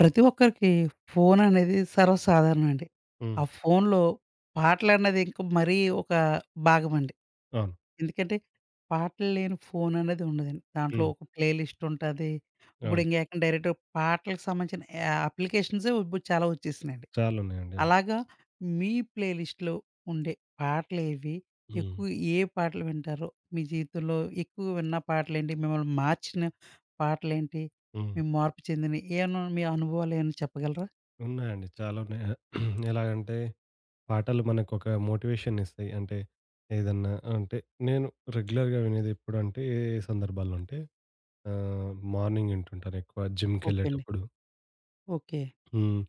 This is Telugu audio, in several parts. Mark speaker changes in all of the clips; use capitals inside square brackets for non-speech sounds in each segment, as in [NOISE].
Speaker 1: ప్రతి ఒక్కరికి ఫోన్ అనేది సర్వసాధారణం అండి.
Speaker 2: హ్మ్.
Speaker 1: ఆ ఫోన్‌లో పాటలన్నది ఇంక మరీ ఒక భాగమండి.
Speaker 2: అవును.
Speaker 1: ఎందుకంటే, పాటలు లేని ఫోన్ అనేది ఉండదండి. దాంట్లో
Speaker 2: హ్మ్.
Speaker 1: ఒక ప్లే లిస్ట్ ఉంటది. ఇప్పుడు
Speaker 2: అవును.
Speaker 1: ఇంక ఏకంగా డైరెక్ట్ పాటలకు సంబంధించిన యా అప్లికేషన్సే ఇప్పుడు చాలా వచ్చేసినాయండి.
Speaker 2: చాలున్నాయండి. అవును.
Speaker 1: అలాగా మీ ప్లే లిస్ట్‌లో ఉండే పాటలేవి?
Speaker 2: హ్మ్.
Speaker 1: ఎక్కువ ఏ పాటలు వింటారు? మీ జీవితంలో ఎక్కువ విన్న పాటలేంటి? మిమ్మల్ని మార్చిన పాటలేంటి?
Speaker 2: హ్మ్.
Speaker 1: మీరు మార్పు చెందినయి ఏమన్నా మీ అనుభవాలు ఏమన్నా చెప్పగలరా?
Speaker 2: ఉన్నాయండి. చాలా ఉన్నాయి. [CLEARS THROAT] ఎలాగంటే పాటలు మనకొక మోటివేషన్ ఇస్తాయి. అంటే ఏదన్నా అంటే నేను రెగ్యులర్‌గా వినేది ఎప్పుడంటే ఏ ఏ సందర్భాల్లో అంటే మార్నింగ్ వింటుంటాను ఎక్కువ
Speaker 1: ఓకే అండి.
Speaker 2: జిమ్‌కెళ్ళేటప్పుడు.
Speaker 1: ఓకే.
Speaker 2: హ్మ్.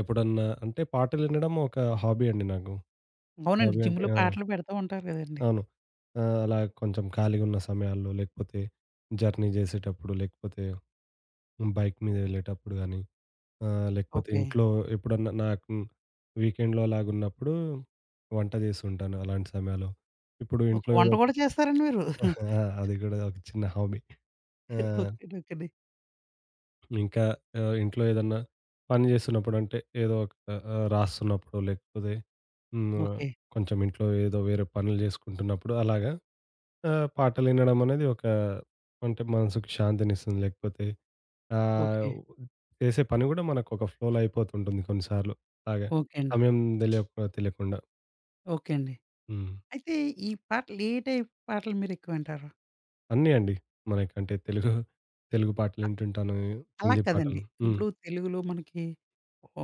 Speaker 2: ఎప్పుడన్నా అంటే పాటలు వినడం ఒక హాబీ అండి నాకు.
Speaker 1: హ్మ్. అవునండి.
Speaker 2: హాబీ అంటే
Speaker 1: జిమ్‌లో
Speaker 2: ఆ!
Speaker 1: పాటలు పెడతా ఉంటారు గదండీ.
Speaker 2: అవును. అలా కొంచెం ఖాళీగున్న సమయాల్లో లేకపోతే జర్నీ చేసేటప్పుడు లేకపోతే బైక్ మీద వెళ్ళేటప్పుడు గాని ఆ! లేకపోతే
Speaker 1: ఓకే.
Speaker 2: ఇంట్లో ఎప్పుడన్నా నాకు వీకెండ్‌లో అలాగున్నప్పుడు వంట జేస్తుంటాను అలాంటి సమయాల్లో. ఇప్పుడు
Speaker 1: ఒక
Speaker 2: ఇంట్లో
Speaker 1: వంట
Speaker 2: ఏదో ఒక
Speaker 1: గూడా చేస్తారండి మీరు?
Speaker 2: [LAUGHS] ఆ!
Speaker 1: [LAUGHS]
Speaker 2: అది గూడా ఒక చిన్న హాబీ. ఆ!
Speaker 1: ఓకే. ఓకేండి.
Speaker 2: ఇంకా ఇంట్లో ఏదన్నా పని జేస్తున్నప్పుడు అంటే ఏదో ఒక రాస్తున్నప్పుడు లేకపోతే హ్మ్.
Speaker 1: ఓకే.
Speaker 2: కొంచెం ఇంట్లో ఏదో వేరే పనులు జేసుకుంటున్నప్పుడు అలాగా పాటలినడం అనేది ఒక అంటే మనసుకు శాంతినిస్తుంది. లేకపోతే ఆహ్,
Speaker 1: ఓకే.
Speaker 2: చేసే పని గూడా మనకొక ఫ్లోలో అయిపోతుంటుంది కొన్నిసార్లు. అలాగే
Speaker 1: ఓకే అండి.
Speaker 2: సమయం తెలియక తెలియకుండా.
Speaker 1: ఓకే అండి.
Speaker 2: హ్మ్.
Speaker 1: అయితే ఈ పాటలు ఏ టైప్ పాటలు మీరెక్కువ వింటారు?
Speaker 2: అన్నీ అండి. మనకంటే తెలుగు,
Speaker 1: అ
Speaker 2: పాటలింటుంటాను.
Speaker 1: అలా
Speaker 2: హిందీ పాటలు.
Speaker 1: కాదండి.
Speaker 2: హ్మ్.
Speaker 1: ఇప్పుడు తెలుగులో మనకి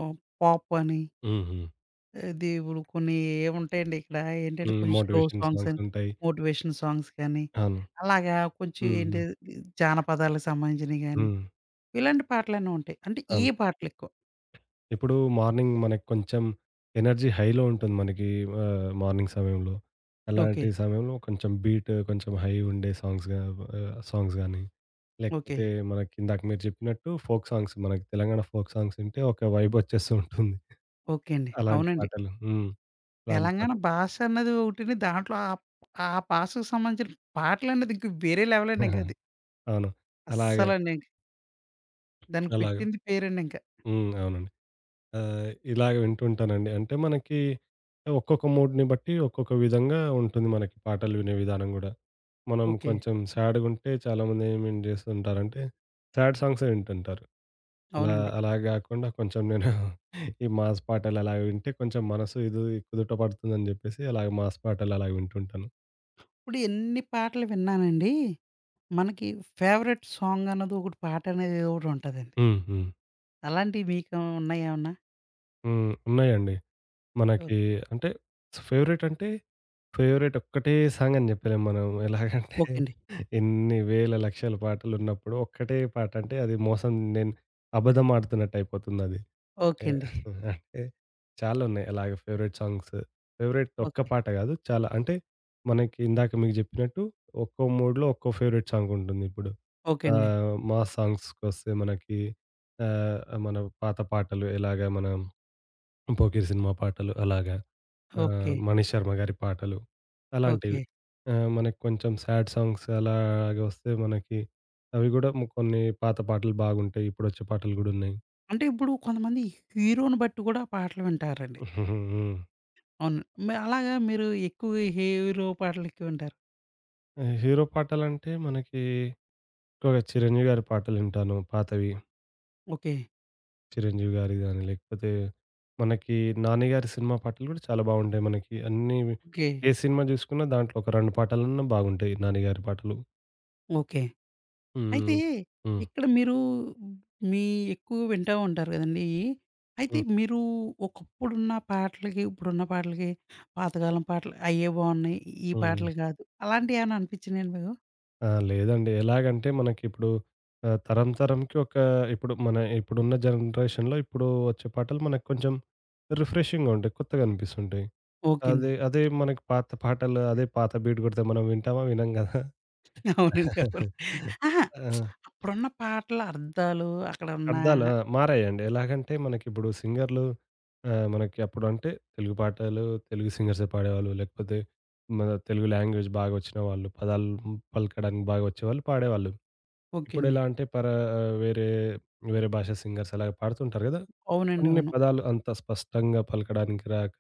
Speaker 1: ఆహ్, పాప్ అని
Speaker 2: హ్మ్. హ్మ్.
Speaker 1: అది ఇప్పుడు కొన్ని ఏవుంటాయండి ఇక్కడ ఏంటంటే
Speaker 2: హ్మ్.
Speaker 1: కొంచెం స్లో
Speaker 2: మోటివేషన్
Speaker 1: సాంగ్స్ అని,
Speaker 2: సాంగ్సుంటాయి.
Speaker 1: మోటివేషన్ సాంగ్స్ కానీ,
Speaker 2: అవును.
Speaker 1: అలాగా కొంచెం
Speaker 2: హ్మ్.
Speaker 1: ఏంటి
Speaker 2: హ్మ్.
Speaker 1: జానపదాలకు సంబంధించినయి గాని,
Speaker 2: హ్మ్.
Speaker 1: ఇలాంటి పాటలన్నీ ఉంటాయి. అంటే ఏ
Speaker 2: అవును.
Speaker 1: పాటలెక్కువ?
Speaker 2: ఇప్పుడు మార్నింగ్ మనకి కొంచెం ఎనర్జీ హైలో ఉంటుంది మనకి మార్నింగ్ సమయంలో.
Speaker 1: ఓకే.
Speaker 2: అలాంటి సమయంలో కొంచెం బీట్ కొంచెం హై ఉండే సాంగ్స్ గా సాంగ్స్ గానీ,
Speaker 1: ఓకే.
Speaker 2: లేకపోతే మనకిందాక మీరు చెప్పినట్టు ఫోక్ సాంగ్స్ మనకి తెలంగాణ ఫోక్ సాంగ్స్ వింటే ఒక వైబొచ్చేస్తూ ఉంటుంది.
Speaker 1: ఓకే అండి.
Speaker 2: అలాంటి
Speaker 1: అవునండి.
Speaker 2: పాటలు. హ్మ్. అలాంటి
Speaker 1: తెలంగాణ
Speaker 2: పాటలు.
Speaker 1: భాష అన్నది ఒకటిని దాంట్లో ఆప్ ఆ భాషకు సంబంధించిన పాటలనేది ఇంక వేరే లెవెలండి ఇంకది.
Speaker 2: [LAUGHS] అవును. అలాగే.
Speaker 1: అస్సలండి. ఇంక దానికి
Speaker 2: అలాగే.
Speaker 1: పెట్టింది పేరండి ఇంక.
Speaker 2: హ్మ్. అవునండి. ఆహ్, ఇలాగ వింటుంటానండి. అంటే మనకి ఒక్కొక్క మూడ్‌ని బట్టి ఒక్కొక్క విధంగా ఉంటుంది మనకి పాటలు వినే విధానం గూడా. మనం
Speaker 1: ఓకే.
Speaker 2: కొంచెం సాడ్‌గుంటే చాలామంది ఏమేం చేస్తుంటారంటే, సాడ్ సాంగ్సే వింటుంటారు. అలా
Speaker 1: అవునండి.
Speaker 2: అలా గాకుండా కొంచెం నేను ఈ మాస్ పాటలు అలా వింటే కొంచెం మనసు ఇది కుదుట పడుతుందని జెప్పేసి అలాగ మాస్ పాటలు అలాగ వింటుంటాను.
Speaker 1: ఇప్పుడు ఎన్ని పాటలు విన్నానండి. మనకి ఫేవరెట్ సాంగ్ అన్నది ఒకటి పాట అనేది ఏదో ఒకటి ఉంటదండి.
Speaker 2: హ్మ్. హ్మ్.
Speaker 1: అలాంటివి మీకు ఉన్నాయా ఏమన్నా?
Speaker 2: హ్మ్. ఉన్నాయండి.
Speaker 1: ఓకే.
Speaker 2: మనకి అంటే ఫేవరెట్ అంటే ఫేవరెట్ ఒక్కటే సాంగ్ అని జెప్పలేం మనం. ఎలాగంటే
Speaker 1: ఓకే అండి.
Speaker 2: ఎన్ని వేల లక్షల పాటలున్నప్పుడు ఒక్కటే పాట అంటే అది మోసం నేను అబద్ధం ఆడుతున్నట్టు అయిపోతుందది. ఏ
Speaker 1: ఓకే అండి.
Speaker 2: [LAUGHS] అంటే చాలా ఉన్నాయి అలాగే ఫేవరెట్ సాంగ్స్. ఫేవరెట్ ఒక్క
Speaker 1: ఓకే.
Speaker 2: పాట గాదు. చాలా అంటే మనకి ఇందాక మీకు జెప్పినట్టు ఒక్కో మూడ్‌లో ఒక్కో ఫేవరెట్ సాంగ్ ఉంటుందిప్పుడు.
Speaker 1: ఓకే అండి.
Speaker 2: ఆహ్, మా సాంగ్స్‌కొస్తే మనకి ఆహ్, మన పాత పాటలు ఎలాగా మనం 'పోకిరి' సినిమా పాటలు అలాగా.
Speaker 1: ఓకే.
Speaker 2: 'మణి శర్మ' గారి పాటలు అలాంటివి.
Speaker 1: ఓకే.
Speaker 2: మనకి కొంచెం సాడ్ సాంగ్స్ అలాగా వస్తే మనకి అవి గూడా కొన్ని పాత పాటలు బాగుంటాయి. ఇప్పుడొచ్చే పాటలు గూడున్నాయి.
Speaker 1: అంటే ఇప్పుడు కొంతమంది హీరోని బట్టి కూడా పాటలు వింటారండి.
Speaker 2: హ్మ్. [LAUGHS]
Speaker 1: అవును. మరి అలాగా మీరు ఎక్కువగా హీరో పాటలెక్కువ వింటారు.
Speaker 2: హీరో పాటలంటే మనకి ఎక్కువగా 'చిరంజీవి' గారి పాటలింటాను పాతవి.
Speaker 1: ఓకే.
Speaker 2: 'చిరంజీవి' గారివి గాని, లేకపోతే మనకి 'నాని' గారి సినిమా పాటలు గూడా చాలా బాగుంటాయి మనకి. అన్నీ
Speaker 1: ఓకే.
Speaker 2: ఏ సినిమా జూసుకున్న దాంట్లో ఒక 2 పాటలన్నా బాగుంటాయి 'నాని' గారి పాటలు.
Speaker 1: ఓకే. అయితే
Speaker 2: హ్మ్. హ్మ్.
Speaker 1: ఇక్కడ మీరు మీ ఎక్కువ వింటా ఉంటారు గదండీ! ఇయి. అయితే
Speaker 2: హ్మ్.
Speaker 1: మీరు ఒకప్పుడున్న పాటలకి, ఇప్పుడున్న పాటలకి, పాతకాలం పాటలు అయ్యే బావున్నాయి. ఈ
Speaker 2: హ్మ్.
Speaker 1: పాటలు కాదు. అలాంటియేమన్నా అనిపిచ్చినాయండి మీకు?
Speaker 2: ఆ! లేదండి. ఎలాగంటే మనకిప్పుడు తరం తరంకి ఒక ఇప్పుడు మన ఇప్పుడున్న జనరేషన్‌లో ఇప్పుడు వచ్చే పాటలు మనకు కొంచెం రిఫ్రెషింగ్‌గా ఉంటాయి. కొత్తగా అనిపిస్తుంటాయి.
Speaker 1: ఓకే అండి.
Speaker 2: అదే, అదే మనకి పాత పాటలు, అదే పాత బీట్ కొడితే మనం వింటామా? వినం గదా!
Speaker 1: అవునండి. అవును. అహా!
Speaker 2: ఆ!
Speaker 1: అప్పుడున్న పాటల అర్థాలు అక్కడున్న
Speaker 2: అర్థాలా? మారాయండి. ఎలాగంటే మనకిప్పుడు సింగర్‌లు మనకి అప్పుడంటే తెలుగు పాటలు, తెలుగు సింగర్సే పాడేవాళ్ళు. లేకపోతే మన తెలుగు లాంగ్వేజ్ బాగా వచ్చిన వాళ్ళు, పదాలు పలకడానికి బాగా వచ్చేవాళ్ళు పాడేవాళ్ళు.
Speaker 1: ఓకే అండి.
Speaker 2: ఇప్పుడెలా అంటే వేరే, భాష సింగర్స్ అలాగ పాడుతుంటారు గదా!
Speaker 1: అవునండి.
Speaker 2: కొన్ని
Speaker 1: అవును.
Speaker 2: పదాలు అంత స్పష్టంగా పలకడానికి రాక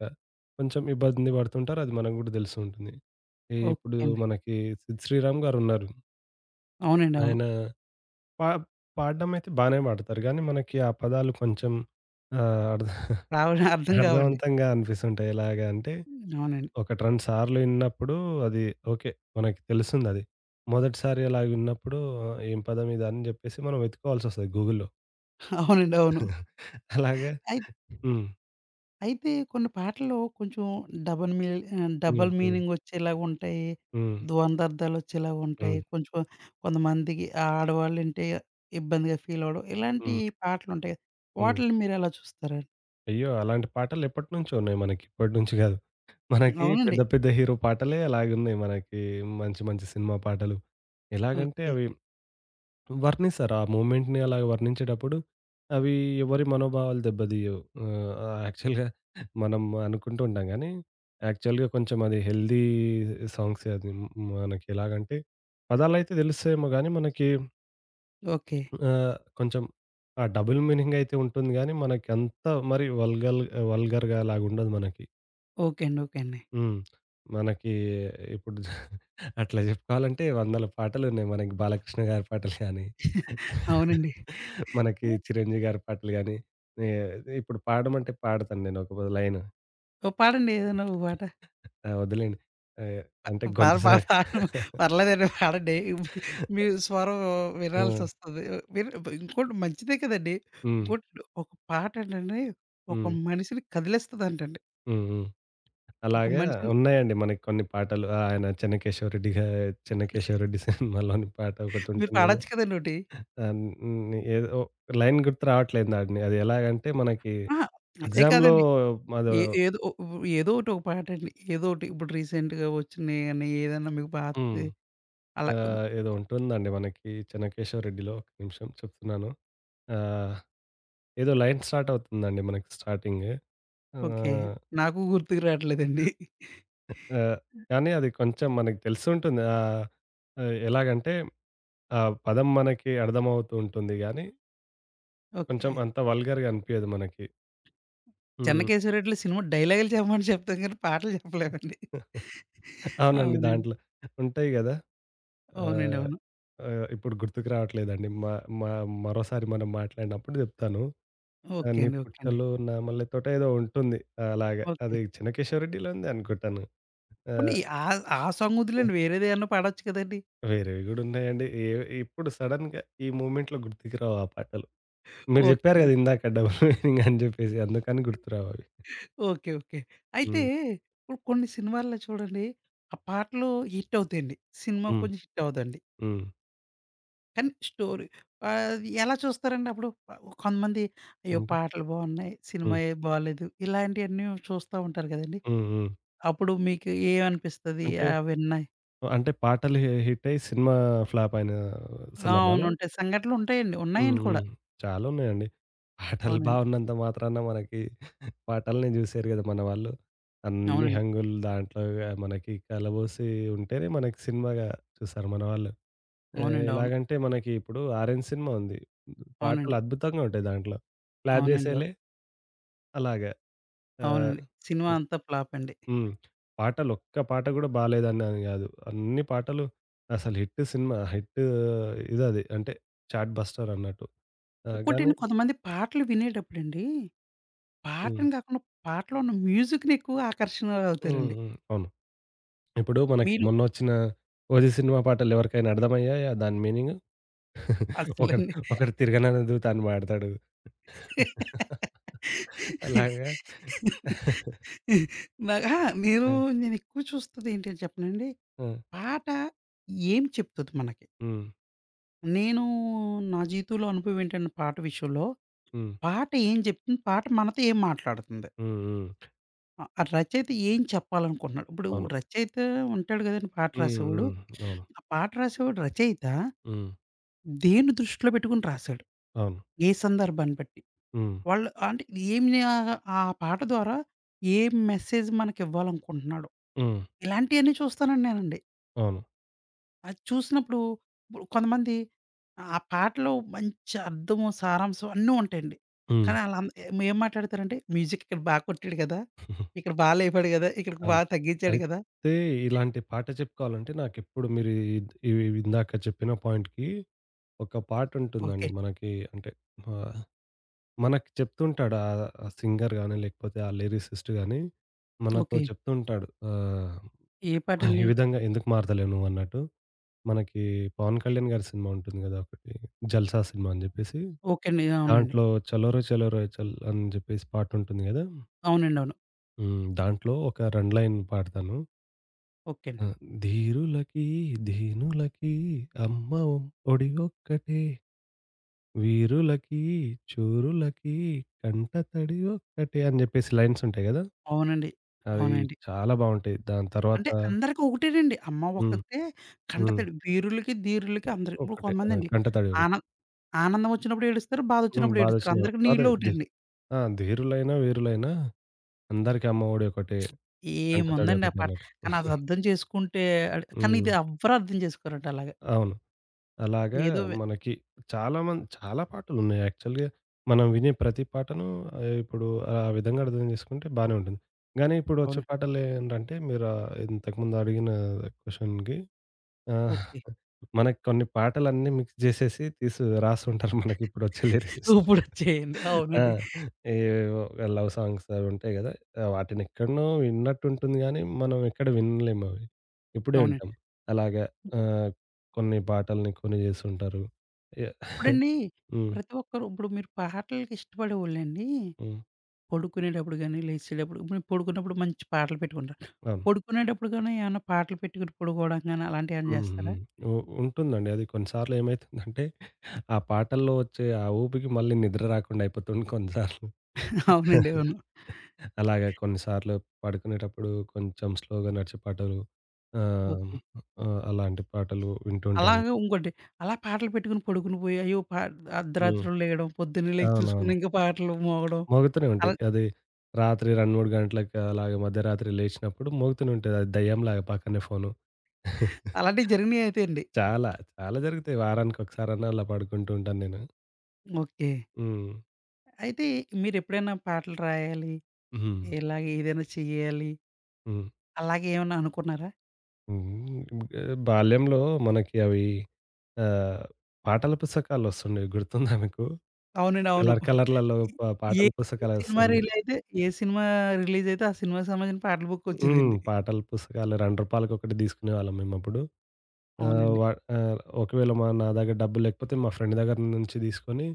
Speaker 2: కొంచెం ఇబ్బంది పడుతుంటారు. అది మనకు గూడా తెలిసి ఉంటుంది.
Speaker 1: ఓకే
Speaker 2: ఇప్పుడు
Speaker 1: అండి.
Speaker 2: మనకి 'సిద్ శ్రీరామ్' గారున్నారు.
Speaker 1: అవునండి. అవును.
Speaker 2: ఆయన పా పాడడం అయితే బానే పాడతారు. గానీ మనకి ఆ పదాలు కొంచెం ఆహ్, అర్థ
Speaker 1: రావడం అర్థం కావండి.
Speaker 2: అర్థవంతంగా అనిపిస్తుంటాయి. ఎలాగా అంటే
Speaker 1: అవునండి.
Speaker 2: ఒకటి 2 సార్లు ఇన్నప్పుడు అది ఓకే. మనకి తెలుస్తుందది. మొదటిసారి అలా విన్నప్పుడు ఏం పదం ఇదని జెప్పేసి మనం వెతుక్కోవాల్సొస్తది గూగుల్‌లో.
Speaker 1: అవునండి. అవును.
Speaker 2: [LAUGHS] అలాగే
Speaker 1: అయి
Speaker 2: హ్మ్.
Speaker 1: అయితే కొన్ని పాటల్లో కొంచెం డబుల్ మీ
Speaker 2: హ్మ్.
Speaker 1: డబుల్
Speaker 2: హ్మ్.
Speaker 1: మీనింగొచ్చేలాగుంటాయి.
Speaker 2: హ్మ్.
Speaker 1: ద్వందార్థాలొచ్చేలాగుంటాయి.
Speaker 2: హ్మ్.
Speaker 1: కొంచెం కొంతమందికి ఆడవాళ్ళంటే ఇబ్బందిగా ఫీలవ్వడం. ఇలాంటి
Speaker 2: హ్మ్.
Speaker 1: పాటలుంటాయి కదా!
Speaker 2: హ్మ్.
Speaker 1: వాటిల్ని మీరెలా చూస్తారండి?
Speaker 2: అయ్యో! అలాంటి పాటలెప్పటినుంచో ఉన్నాయి మనకి. ఇప్పటినుంచి గాదు. మనకి
Speaker 1: అవునండి.
Speaker 2: పెద్ద పెద్ద హీరో పాటలే అలాగున్నాయి మనకి. మంచి మంచి సినిమా పాటలు. ఎలాగంటే
Speaker 1: ఓకే.
Speaker 2: అవి వర్ణిస్తారు. ఆ మూమెంట్‌ని అలా వర్ణించేటప్పుడు అవి ఎవరి మనోభావాలు దెబ్బతీయవు. యాక్చువల్‌గా మనం అనుకుంటూ ఉంటాం గానీ, యాక్చువల్‌గా కొంచెం అది హెల్తీ సాంగ్సే అది. మనకి ఎలాగంటే పదాలైతే తెలుస్తాయేమో గానీ మనకి
Speaker 1: ఓకే.
Speaker 2: కొంచెం ఆ డబుల్ మీనింగ్ అయితే ఉంటుంది గానీ, మనకంత మరి వల్గల్ వల్గర్‌గా అలాగుండదు మనకి.
Speaker 1: ఓకే అండి. ఓకే అండి.
Speaker 2: హ్మ్. మనకి ఇప్పుడు అట్లా చెప్పుకోవాలంటే వందల పాటలున్నాయి. మనకి బాలకృష్ణ గారి పాటలు గానీ,
Speaker 1: అవునండి.
Speaker 2: మనకి చిరంజీవి గారి పాటలు గానీ, ఏ ఇప్పుడు పాడమంటే పాడతాను నేను ఒక లైను.
Speaker 1: ఓ పాడండి ఏదైనా ఒక పాట.
Speaker 2: ఆ! వద్దులేండి. ఆహ్, అంటే
Speaker 1: పర్
Speaker 2: గొంతు
Speaker 1: ప
Speaker 2: సరి
Speaker 1: పాడను. పర్లేదండి పాడండి. మీ స్వరం
Speaker 2: హ్మ్.
Speaker 1: వినాల్సొస్తది. విన్ ఇంకోటి మంచిదే కదండీ.
Speaker 2: హ్మ్.
Speaker 1: ఇంకోటి ఒక పాట ఏంటంటే, ఒక
Speaker 2: హ్మ్.
Speaker 1: మనిషిని కదిలేస్తదంటండి.
Speaker 2: హ్మ్. హ్మ్.
Speaker 1: ఒక
Speaker 2: అలాగా
Speaker 1: మనిషిని
Speaker 2: ఉన్నాయండి మనకి కొన్ని పాటలు. ఆ, ఆయన 'చెన్నకేశవరెడ్డి' గా 'చెన్నకేశవరెడ్డి' సినిమాలోని పాట
Speaker 1: మీరు
Speaker 2: ఒకటుంటుంది గదా!
Speaker 1: పాడొచ్చు కదండీ ఒకటి.
Speaker 2: ఆహ్, హ్మ్. ఏదో లైన్ గుర్తు రావట్లేదు నాకు. అది ఎలాగంటే మనకి
Speaker 1: అహా! అదే
Speaker 2: ఎగ్జామ్‌లో
Speaker 1: కాదండి.
Speaker 2: అదో
Speaker 1: ఏ ఏదో ఒ ఏదో ఒకటి ఒక పాటండి. ఏదో ఒకటి ఇప్పుడు రీసెంట్‌గా వచ్చినయి గాని, ఏదన్నా మీకు
Speaker 2: హ్మ్.
Speaker 1: పాతది అలా
Speaker 2: ఏదో ఉంటుందండి మనకి 'చెన్నకేశవరెడ్డిలో' ఒక్క నిమిషం చెప్తున్నాను. ఆహ్, ఏదో లైన్ స్టార్ట్ అవుతుందండి మనకి స్టార్టింగ్.
Speaker 1: ఓకే.
Speaker 2: ఆహ్,
Speaker 1: నాకు గుర్తుకు రావట్లేదండి.
Speaker 2: ఆహ్, కానీ అది కొంచెం మనకి తెలిసుంటుంది. ఎలాగంటే ఆ పదం మనకి అర్థమవుతూ ఉంటుంది గానీ
Speaker 1: ఓకే.
Speaker 2: కొంచెం అంత వల్గర్‌గా అనిపియదు మనకి. హ్మ్.
Speaker 1: 'చెన్నకేశవ రెడ్డిలో' సినిమా డైలాగులు చెప్పమని చెప్తాం గానీ, పాటలు చెప్పలేమండి.
Speaker 2: అవునండి.
Speaker 1: అవునండి.
Speaker 2: దాంట్లో ఉంటాయి గదా!
Speaker 1: అవునండి.
Speaker 2: ఆహ్,
Speaker 1: అవును.
Speaker 2: ఇప్పుడు గుర్తుకు రావట్లేదండి. మా మా మరోసారి మనం మాట్లాడినప్పుడు జెప్తాను.
Speaker 1: ఓకే
Speaker 2: నీ
Speaker 1: అండి. ఓకే అండి.
Speaker 2: పుట్టలో నా మల్లెతోట ఏదో ఉంటుంది. అలాగా
Speaker 1: ఓకే.
Speaker 2: అది 'చినకేశవరెడ్డిలో' ఉంది అనుకుంటాను. ఆ!
Speaker 1: పోనీ ఆ ఆ సాంగ్ వదిలేండి వేరేదేమన్నా పాడొచ్చు కదండీ!
Speaker 2: వేరేవి గూడా ఉన్నాయండి. ఏ ఇప్పుడు సడెన్‌గా ఈ మూమెంట్‌లో గుర్తుకు రావు ఆ పాటలు. మీరు
Speaker 1: ఓకే
Speaker 2: జెప్పారు
Speaker 1: అండి.
Speaker 2: గదా! ఇందాక డబుల్ మీనింగ్ అని జెప్పేసి అందుకని గుర్తురావు అవి.
Speaker 1: ఓకే. ఓకే. అయితే
Speaker 2: హ్మ్.
Speaker 1: ఇప్పుడు కొన్ని సినిమాల్లో చూడండి ఆ పాటలు హిట్ అవుతాయండి. సినిమా
Speaker 2: హ్మ్.
Speaker 1: కొంచెం హిట్ అవ్వదండి.
Speaker 2: హ్మ్.
Speaker 1: కానీ స్టోరీ ఆహ్, ఎలా చూస్తారండి అప్పుడు? కొంతమంది అయ్యో!
Speaker 2: అంటే
Speaker 1: పాటలు బాగున్నాయి.
Speaker 2: హ్మ్.
Speaker 1: సినిమాయే బాలేదు. ఇలాంటియన్నీ చూస్తా ఉంటారు కదండీ!
Speaker 2: హ్మ్. హ్మ్.
Speaker 1: అప్పుడు మీకు ఏమనిపిస్తది
Speaker 2: అంటే
Speaker 1: విన్నాయి?
Speaker 2: అంటే పాటలు హిట్టయి సినిమా ఫ్లాపయిన
Speaker 1: ఆ! అవును.
Speaker 2: సందర్భాలా?
Speaker 1: ఉంటాయి. సంఘటనలుంటాయండి.
Speaker 2: హ్మ్.
Speaker 1: ఉన్నాయండి కూడా.
Speaker 2: హ్మ్. చాలున్నాయండి. పాటలు
Speaker 1: అవునండి.
Speaker 2: బావున్నంత మాత్రాన మనకి పాటల్ని జూసేయరు గదా మన వాళ్ళు. అన్ని
Speaker 1: అవునండి.
Speaker 2: హంగులు దాంట్లో మనకి కలబోసి ఉంటేనే మనకి సినిమాగా చూస్తారు మన వాళ్ళు.
Speaker 1: అవునండి. అవును.
Speaker 2: ఎలాగంటే మనకి ఇప్పుడు 'ఆరెంజ్' సినిమా ఉంది. పాటలు
Speaker 1: అవునండి.
Speaker 2: అద్భుతంగా ఉంటాయి దాంట్లో. క్లాప్
Speaker 1: అవునండి. అవును.
Speaker 2: జేసేయలే అలాగా.
Speaker 1: అవునండి.
Speaker 2: ఆహ్
Speaker 1: సినిమా అంతా ఫ్లాపండి.
Speaker 2: హ్మ్. పాటలొక్క పాట గూడా బాలేదన్నాను గాదు. అన్ని పాటలు అసలు హిట్ సినిమా. హిట్ ఇదది. అంటే చాట్ బస్టర్ అన్నట్టు. ఆహ్, గానీ
Speaker 1: ఇంకోటండి కొంతమంది పాటలు వినేటప్పుడండి,
Speaker 2: హ్మ్.
Speaker 1: పాటని కాకుండా పాటలో ఉన్న మ్యూజిక్‌ని ఎక్కువ
Speaker 2: హ్మ్.
Speaker 1: ఆకర్షణలవుతారండి.
Speaker 2: హ్మ్. అవును. ఇప్పుడు మనకి
Speaker 1: మీరు
Speaker 2: మొన్నొచ్చిన 'ఓజీ' సినిమా పాటలెవరికైనా అర్థమయ్యాయా దాని మీనింగు? ఒకడు
Speaker 1: అస్సలండి.
Speaker 2: ఒకడు తిరగనన్న దూతాని పాడతాడు. అలాగా
Speaker 1: నాకు అహా! నేను
Speaker 2: ఆ!
Speaker 1: నేనెక్కువ చూస్తదేంటని చెప్పనండి,
Speaker 2: ఆ!
Speaker 1: పాట ఏం చెప్తది మనకి?
Speaker 2: హ్మ్.
Speaker 1: నేను నా జీవితంలో అనుభవం ఏంటంటే పాట విషయంలో,
Speaker 2: హ్మ్.
Speaker 1: పాట ఏం చెప్తుంది? పాట మనతో ఏం మాట్లాడుతుంది?
Speaker 2: హ్మ్. హ్మ్.
Speaker 1: ఆ! ఆ రచయిత ఏం చెప్పాలనుకుంటున్నాడు. ఇప్పుడు
Speaker 2: అవును.
Speaker 1: రచయిత ఉంటాడు కదండీ పాట
Speaker 2: హ్మ్.
Speaker 1: రాసేవాడు.
Speaker 2: హ్మ్. అవును.
Speaker 1: ఆ పాట రాసేవాడు రచయిత
Speaker 2: హ్మ్.
Speaker 1: దేన్ని దృష్టిలో పెట్టుకొని రాసాడు?
Speaker 2: అవును.
Speaker 1: ఏ సందర్భాన్ని బట్టి?
Speaker 2: హ్మ్.
Speaker 1: వాళ్ళు అంటే ఏం ఆహ్, ఆ పాట ద్వారా ఏం మెసేజ్ మనకివ్వాలనుకుంటున్నాడు?
Speaker 2: హ్మ్.
Speaker 1: ఇలాంటియన్నీ చూస్తానండి నేనండి.
Speaker 2: అవును.
Speaker 1: అది చూసినప్పుడు ఇప్పుడు కొంతమంది ఆ పాటలో మంచి అర్థము, సారాంశం అన్నీ ఉంటాయండి.
Speaker 2: హ్మ్.
Speaker 1: కానీ ఆళ్ళం ఏం మాట్లాడతారంటే మ్యూజిక్ ఇక్కడ బాగా కొట్టాడు కదా! ఇక్కడ బాగా లేపాడు కదా! ఇక్కడికి
Speaker 2: అవును.
Speaker 1: బాగా తగ్గించాడు కదా!
Speaker 2: అయితే ఇలాంటి పాట చెప్పుకోవాలంటే నాకెప్పుడు మీరు ఇవి ఇందాక చెప్పిన పాయింట్‌కి ఒక
Speaker 1: ఓకే.
Speaker 2: పాటుంటుందండి మనకి అంటే ఆహ్, మనకి చెప్తుంటాడు ఆహ్, ఆ సింగర్ గాని, లేకపోతే ఆ లిరిసిస్ట్ గాని మనతో
Speaker 1: ఓకే.
Speaker 2: చెప్తుంటాడు. ఆహ్,
Speaker 1: ఏ
Speaker 2: అవును. ఈ
Speaker 1: పాటండి?
Speaker 2: విధంగా ఎందుకు మారతలేవు నువ్వన్నట్టు. మనకి 'పవన్ కళ్యాణ్' గారి సినిమా ఉంటుంది గదా! ఒకటి 'జల్సా' సినిమా అని జెప్పేసి.
Speaker 1: ఓకే అండి. అవునండి.
Speaker 2: దాంట్లో 'చలోరే చలోరే చల్' అని జెప్పేసి పాటుంటుంది గదా!
Speaker 1: అవునండి. అవును.
Speaker 2: హ్మ్. దాంట్లో ఒక 2 లైన్ పాడతాను.
Speaker 1: ఓకే అండి.
Speaker 2: ఆ! ధీరులకి, ధీనులకి అమ్మ ఒడి ఒక్కటే. వీరులకి, చూరులకి కంట తడి ఒక్కటే అని జెప్పేసి లైన్స్ ఉంటాయి గదా!
Speaker 1: అవునండి.
Speaker 2: అవి
Speaker 1: అవునండి.
Speaker 2: చాలా బావుంటాయి. దాని తర్వాత
Speaker 1: అంటే అందరికి ఒకటేనండి. అమ్మ
Speaker 2: హ్మ్.
Speaker 1: ఒక్కతే
Speaker 2: హ్మ్.
Speaker 1: కంటతడి. వీరులకి, ధీరులకి అందరికి. ఇప్పుడు
Speaker 2: ఒక్కటే. ఆ!
Speaker 1: కొంతమందండి
Speaker 2: కంట తడి
Speaker 1: ఆన
Speaker 2: ఒకటే.
Speaker 1: ఆనందం వచ్చినప్పుడు ఏడుస్తారు.
Speaker 2: హ్మ్.
Speaker 1: బాధొచ్చినప్పుడు ఏడుస్తారు.
Speaker 2: బాధొచ్చినా
Speaker 1: అందరికి
Speaker 2: అదే
Speaker 1: నీళ్ళు
Speaker 2: ధీ
Speaker 1: ఒకటండి.
Speaker 2: ఆ! ధీరులైనా, వీరులైనా అందరికి అమ్మ ఒడి ఒకటే. కంట తడి
Speaker 1: ఏముందండి ఆ
Speaker 2: ఒకటే
Speaker 1: పాట.
Speaker 2: అన్నట్టు.
Speaker 1: కానీ అది అర్థం చేసుకుంటే అడ్ కానీ ఇది
Speaker 2: హ్మ్.
Speaker 1: ఎవ్వరు అర్థం చేసుకోరండి అలాగా.
Speaker 2: అవును. అలాగా
Speaker 1: ఏదో వె
Speaker 2: మనకి చాలా పాటలున్నాయి యాక్చువల్‌గా. మనం వినే ప్రతి పాటను ఇప్పుడు ఆ విధంగా అర్థం చేసుకుంటే బానే ఉంటుంది. గానీ ఇప్పుడు వచ్చే
Speaker 1: అవును.
Speaker 2: పాటలు ఏంటంటే మీరు ఆ ఇంతకుముందు అడిగిన క్వెషన్‌కి ఆహ్,
Speaker 1: ఓకే.
Speaker 2: మనకి కొన్ని పాటలన్నీ మిక్స్ జేసేసి తీసి రాసుంటారు మనకిప్పుడొచ్చే లిరిసిస్టులు.
Speaker 1: ఇప్పుడొచ్చేయండి.
Speaker 2: ఆ!
Speaker 1: అవునండి.
Speaker 2: ఏవేవో లవ్ సాంగ్స్ అవి ఉంటాయి గదా! వాటినెక్కడనో విన్నట్టుంటుంది గానీ, మనం ఎక్కడ వినలేమవి. ఇప్పుడే
Speaker 1: అవునండి.
Speaker 2: వింటాం. అలాగా ఆహ్, కొన్ని పాటల్ని కొని జేస్తుంటారు. య
Speaker 1: ఇప్పుడండి
Speaker 2: హ్మ్. హ్మ్.
Speaker 1: ప్రతి ఒక్కరు ఇప్పుడు మీరు పాటలకి ఇష్టపడేవోళ్ళండి
Speaker 2: [LAUGHS]
Speaker 1: పడుకునేటప్పుడు గాని, లేచేటప్పుడు ఇప్పుడు పడుకున్నప్పుడు మంచి పాటలు పెట్టుకుంటాను.
Speaker 2: అవును.
Speaker 1: పడుకునేటప్పుడు గాని ఏమన్నా పాటలు పెట్టుకుని పడుకోవడం గాని అలాంటివేమన్నా
Speaker 2: హ్మ్.
Speaker 1: చేస్తారా?
Speaker 2: హ్మ్. ఉ ఉంటుందండి. అది కొన్ని సార్లు ఏమైతుందంటే, ఆ పాటల్లో వచ్చే ఆ ఊపుకి మళ్ళీ నిద్ర రాకుండా అయిపోతుంది కొన్ని సార్లు.
Speaker 1: అవునండి. అవును.
Speaker 2: అలాగే కొన్ని సార్లు [LAUGHS] పడుకునేటప్పుడు కొంచెం స్లోగా నడిచే పాటలు ఆహ్,
Speaker 1: ఓకే.
Speaker 2: అలాంటి పాటలు వింటూ ఉంటాను.
Speaker 1: అలాగే ఇంకోటి అలా పాటలు పెట్టుకుని పడుకుని పోయి అయ్యో!
Speaker 2: హ్మ్.
Speaker 1: అర్ధరాత్రులు లెగడం, పొద్దున్నే లేచి చూసుకుని
Speaker 2: అవునవును.
Speaker 1: ఇంకా పాటలు మోగడం
Speaker 2: మోగుతూనే
Speaker 1: అలా
Speaker 2: ఉంటాయి. అది రాత్రి 2, 3 గంటలకి అలాగ మధ్యరాత్రి లేచినప్పుడు మోగుతూనే ఉంటది. అది దెయ్యంలాగా పక్కనే ఫోను. [LAUGHS]
Speaker 1: అలాంటివి జరిగినయి అయితే అండి.
Speaker 2: చాలా, చాలా జరుగుతాయి. వారానికొకసారన్నా అలా పడుకుంటూ ఉంటాను నేను.
Speaker 1: ఓకే.
Speaker 2: హ్మ్.
Speaker 1: అయితే మీరెప్పుడైనా పాటలు రాయాలి,
Speaker 2: హ్మ్.
Speaker 1: ఇలాగ ఏదైనా చెయ్యాలి
Speaker 2: హ్మ్.
Speaker 1: అలాగే ఏమన్నా అనుకున్నారా?
Speaker 2: హ్మ్. బాల్యంలో మనకి అవి ఆహ్, పాటల పుస్తకాలొస్తుండేవి గుర్తుందా మీకు?
Speaker 1: అవునండి. అవును.
Speaker 2: కలర్ కలర్‌లలో
Speaker 1: ఏ
Speaker 2: పాటల
Speaker 1: ఏ సినిమా
Speaker 2: పుస్తకాలొస్తుండే.
Speaker 1: రిలైతే ఏ సినిమా రిలీజయితే ఆ సినిమాకి సంబంధించిన పాటల
Speaker 2: హ్మ్.
Speaker 1: బుక్కొచ్చేదండి.
Speaker 2: పాటల పుస్తకాలు ₹2కి ఒకటి తీసుకునేవాళ్ళం మేమప్పుడు. ఆహ్,
Speaker 1: అవునండి.
Speaker 2: ఆహ్, ఒకవేళ నా దగ్గర డబ్బులు లేకపోతే మా ఫ్రెండ్ దగ్గర నుంచి తీసుకొని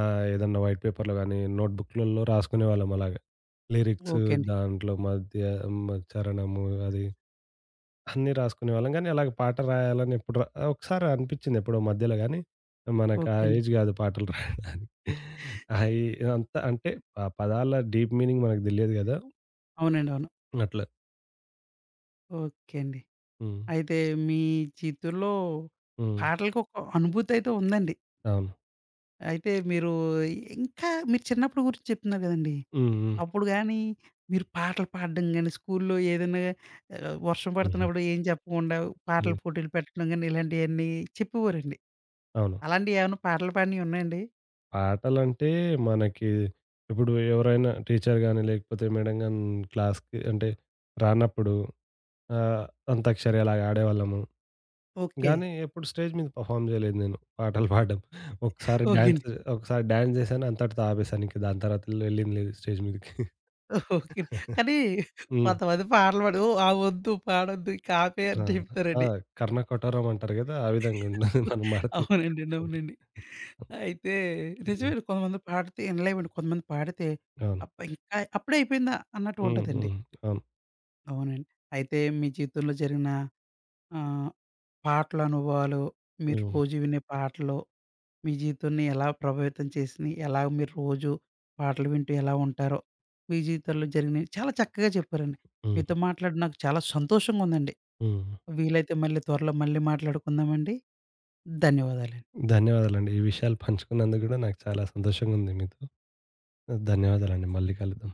Speaker 2: ఏదన్నా వైట్ పేపర్‌లో గానీ, నోట్ బుక్‌లలో రాసుకునేవాళ్ళం అలాగా. లిరిక్స్
Speaker 1: ఓకే అండి.
Speaker 2: దాంట్లో మధ్య చరణము అది అన్నీ రాసుకునేవాళ్ళం. కానీ అలాగ పాట రాయాలని ఎప్పుడు రా ఒకసారి అనిపిచ్చింది ఎప్పుడో మధ్యలో గానీ, మనకు ఆ
Speaker 1: ఓకే అండి.
Speaker 2: ఏజ్ గాదు పాటలు రాయడానికి. అయి అంత అంటే ఆ పదాల డీప్ మీనింగ్ మనకు దెలియదు గదా!
Speaker 1: అవునండి. అవును.
Speaker 2: అట్లా.
Speaker 1: ఓకే అండి.
Speaker 2: హ్మ్.
Speaker 1: అయితే మీ జీవితంలో
Speaker 2: హ్మ్.
Speaker 1: పాటలకి ఒక అనుభూతయితే ఉందండి.
Speaker 2: అవును.
Speaker 1: అయితే మీరు ఇంకా మీరు చిన్నప్పుడు గురించి చెప్తున్నారు గదండీ!
Speaker 2: హ్మ్. హ్మ్.
Speaker 1: అప్పుడు గాని మీరు పాటలు పాడడం గాని, స్కూల్లో ఏదైనా వర్షం
Speaker 2: హుహు.
Speaker 1: పడుతున్నప్పుడు ఏం చెప్పకుండా పాటల
Speaker 2: హ్మ్.
Speaker 1: పోటీలు పెట్టడం గాని, ఇలాంటియన్నీ చెప్పేవారండి.
Speaker 2: అవును.
Speaker 1: అలాంటియేమన్నా పాటలు పాడినయి ఉన్నాయండి?
Speaker 2: పాటలంటే మనకి ఇప్పుడు ఎవరైనా టీచర్ గాని, లేకపోతే మేడం గాని క్లాస్‌కి అంటే రానప్పుడు ఆహ్, అంతాక్షరి అలాగ ఆడేవాళ్ళము.
Speaker 1: ఓకే.
Speaker 2: గానీ ఎప్పుడు స్టేజ్ మీద పెర్ఫార్మ్ జేయలేదు నేను పాటలు పాడడం. ఒకసారి
Speaker 1: ఓకే.
Speaker 2: డాన్స్ ఒకసారి డాన్స్ జేశాను. అంతటితో ఆపేశాను. ఇంక దాని తర్వాత వెళ్ళింది లేదు స్టేజ్ మీదకి.
Speaker 1: ఓకే. కానీ
Speaker 2: హ్మ్.
Speaker 1: కొంతమంది పాటలు పాడి "ఓహ్! ఆ వద్దు పాడొద్దు ఇక ఆపేయి"
Speaker 2: ఆ!
Speaker 1: అని
Speaker 2: ఆ!
Speaker 1: చెప్తారండి.
Speaker 2: కర్ణ కొఠారం అంటారు గదా! ఆ విధంగా ఉండాలి మనం పాడితే.
Speaker 1: అవునండి. అవునండి. అయితే
Speaker 2: హ్మ్.
Speaker 1: నిజమేనండి. కొంతమంది పాడితే ఇనలేమండి. కొంతమంది పాడితే
Speaker 2: అవును.
Speaker 1: అబ్బా! ఇంకా అప్పుడే అయిపోయిందా అన్నట్టు
Speaker 2: హ్మ్.
Speaker 1: ఉంటదండి.
Speaker 2: హ్మ్. అవును.
Speaker 1: అవునండి. అయితే మీ జీవితంలో జరిగిన ఆహ్, పాటల అనుభవాలు, మీరు
Speaker 2: హ్మ్.
Speaker 1: రోజు వినే పాటలు మీ జీవితాన్ని ఎలా ప్రభావితం చేసినియి? ఎలా మీరు రోజు పాటలు వింటూ ఎలా ఉంటారో, మీ జీవితంలో జరిగినవి చాలా చక్కగా చెప్పారండి.
Speaker 2: హ్మ్.
Speaker 1: మీతో మాట్లాడి నాకు చాలా సంతోషంగా ఉందండి.
Speaker 2: హ్మ్. హ్మ్.
Speaker 1: వీలైతే మళ్ళీ త్వరలో మళ్ళీ మాట్లాడుకుందామండి. ధన్యవాదాలండి.
Speaker 2: ధన్యవాదాలండి. ఈ విషయాలు పంచుకున్నందుకు గూడా నాకు చాలా సంతోషంగా ఉంది మీతో. ధన్యవాదాలండి. మళ్ళీ కలుద్దాం.